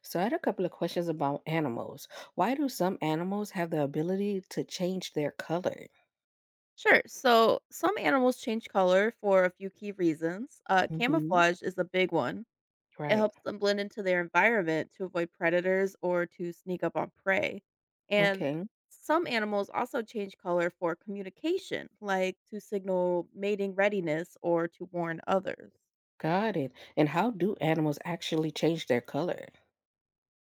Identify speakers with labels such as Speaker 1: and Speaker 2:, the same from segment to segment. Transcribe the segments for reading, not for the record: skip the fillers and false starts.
Speaker 1: So I had a couple of questions about animals. Why do some animals have the ability to change their color?
Speaker 2: Sure. So some animals change color for a few key reasons.
Speaker 1: hmm
Speaker 2: Camouflage is a big one. It
Speaker 1: Right.
Speaker 2: helps them blend into their environment to avoid predators or to sneak up on prey. And
Speaker 1: Okay.
Speaker 2: some animals also change color for communication, like to signal mating readiness or to warn others.
Speaker 1: Got it. And how do animals actually change their color?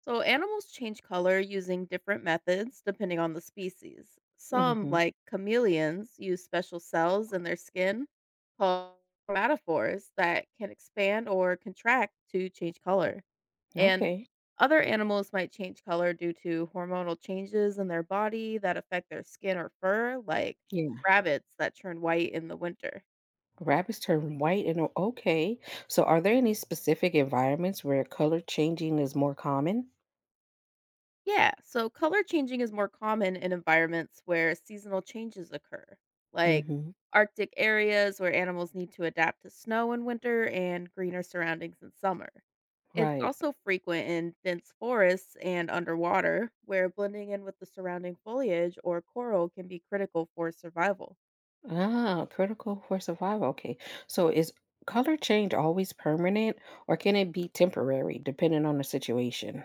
Speaker 2: So, animals change color using different methods depending on the species. Some,
Speaker 1: hmm
Speaker 2: like chameleons, use special cells in their skin called chromatophores that can expand or contract to change color. And
Speaker 1: Okay.
Speaker 2: other animals might change color due to hormonal changes in their body that affect their skin or fur, like
Speaker 1: Yeah.
Speaker 2: rabbits that turn white in the winter.
Speaker 1: Rabbits turn white and okay. So are there any specific environments where color changing is more common?
Speaker 2: Yeah, so color changing is more common in environments where seasonal changes occur, like
Speaker 1: hmm
Speaker 2: Arctic areas where animals need to adapt to snow in winter and greener surroundings in summer. It's
Speaker 1: Right.
Speaker 2: also frequent in dense forests and underwater, where blending in with the surrounding foliage or coral can be critical for survival.
Speaker 1: Ah, critical for survival. Okay. So is color change always permanent or can it be temporary depending on the situation?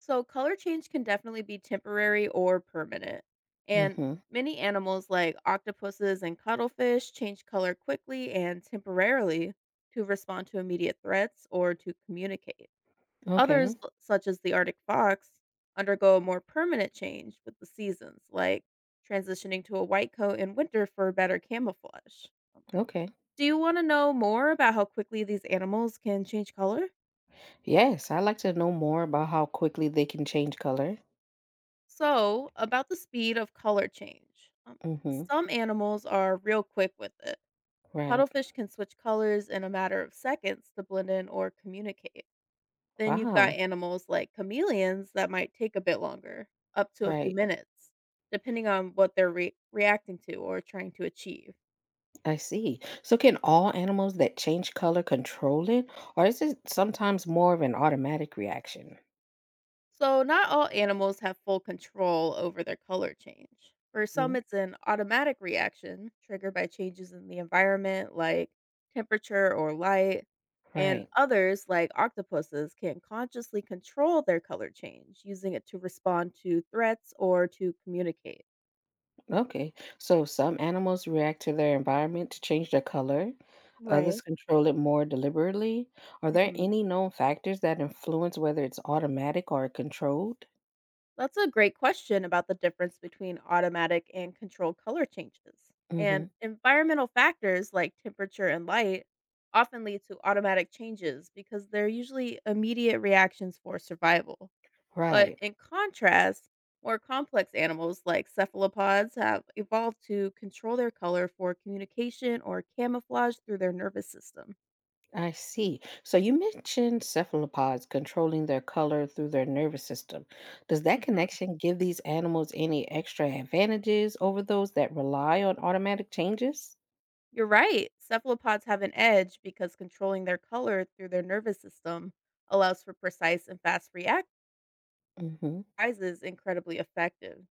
Speaker 2: So, color change can definitely be temporary or permanent. And
Speaker 1: Mm-hmm.
Speaker 2: many animals, like octopuses and cuttlefish, change color quickly and temporarily to respond to immediate threats or to communicate. Others,
Speaker 1: Okay.
Speaker 2: such as the Arctic fox, undergo a more permanent change with the seasons, like transitioning to a white coat in winter for better camouflage.
Speaker 1: Okay.
Speaker 2: Do you want to know more about how quickly these animals can change color?
Speaker 1: Yes, I'd like to know more about how quickly they can change color.
Speaker 2: So, about the speed of color change.
Speaker 1: Mm-hmm.
Speaker 2: Some animals are real quick with it.
Speaker 1: Right.
Speaker 2: Cuttlefish can switch colors in a matter of seconds to blend in or communicate. Then you've got
Speaker 1: Wow.
Speaker 2: animals like chameleons that might take a bit longer, up to a few
Speaker 1: Right.
Speaker 2: minutes, depending on what they're reacting to or trying to achieve.
Speaker 1: I see. So can all animals that change color control it, or is it sometimes more of an automatic reaction?
Speaker 2: So, not all animals have full control over their color change. For some,
Speaker 1: Mm,
Speaker 2: it's an automatic reaction triggered by changes in the environment, like temperature or light. And
Speaker 1: right.
Speaker 2: others, like octopuses, can consciously control their color change, using it to respond to threats or to communicate.
Speaker 1: Okay. So some animals react to their environment to change their color. Others
Speaker 2: Right.
Speaker 1: control it more deliberately. Are there
Speaker 2: Mhm.
Speaker 1: any known factors that influence whether it's automatic or controlled?
Speaker 2: That's a great question about the difference between automatic and controlled color changes.
Speaker 1: Mm-hmm.
Speaker 2: And environmental factors like temperature and light often lead to automatic changes because they're usually immediate reactions for survival. But
Speaker 1: Right.
Speaker 2: in contrast, more complex animals like cephalopods have evolved to control their color for communication or camouflage through their nervous system.
Speaker 1: I see. So you mentioned cephalopods controlling their color through their nervous system. Does that
Speaker 2: Mhm.
Speaker 1: connection give these animals any extra advantages over those that rely on automatic changes?
Speaker 2: You're right. Cephalopods have an edge because controlling their color through their nervous system allows for precise and fast react
Speaker 1: Mm-hmm.
Speaker 2: is incredibly effective.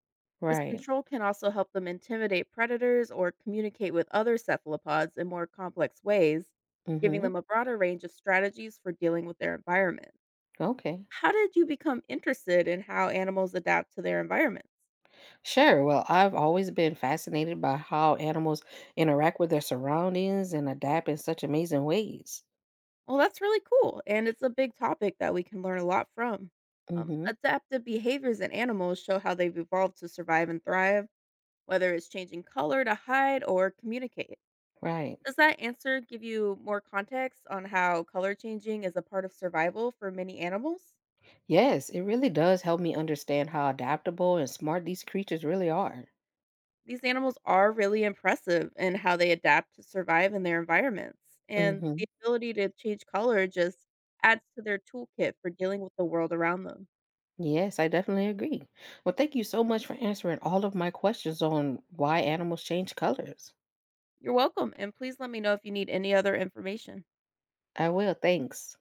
Speaker 2: This
Speaker 1: Right.
Speaker 2: control can also help them intimidate predators or communicate with other cephalopods in more complex ways, giving
Speaker 1: Mm-hmm.
Speaker 2: them a broader range of strategies for dealing with their environment.
Speaker 1: Okay.
Speaker 2: How did you become interested in how animals adapt to their environments?
Speaker 1: Sure. Well, I've always been fascinated by how animals interact with their surroundings and adapt in such amazing ways.
Speaker 2: Well, that's really cool, and it's a big topic that we can learn a lot from.
Speaker 1: Mm-hmm.
Speaker 2: Adaptive behaviors in animals show how they've evolved to survive and thrive, whether it's changing color to hide or communicate.
Speaker 1: Right.
Speaker 2: Does that answer give you more context on how color changing is a part of survival for many animals?
Speaker 1: Yes, it really does help me understand how adaptable and smart these creatures really are.
Speaker 2: These animals are really impressive in how they adapt to survive in their environments, and
Speaker 1: Mm-hmm.
Speaker 2: the ability to change color just adds to their toolkit for dealing with the world around them.
Speaker 1: Yes, I definitely agree. Well, thank you so much for answering all of my questions on why animals change colors.
Speaker 2: You're welcome, and please let me know if you need any other information.
Speaker 1: I will. Thanks.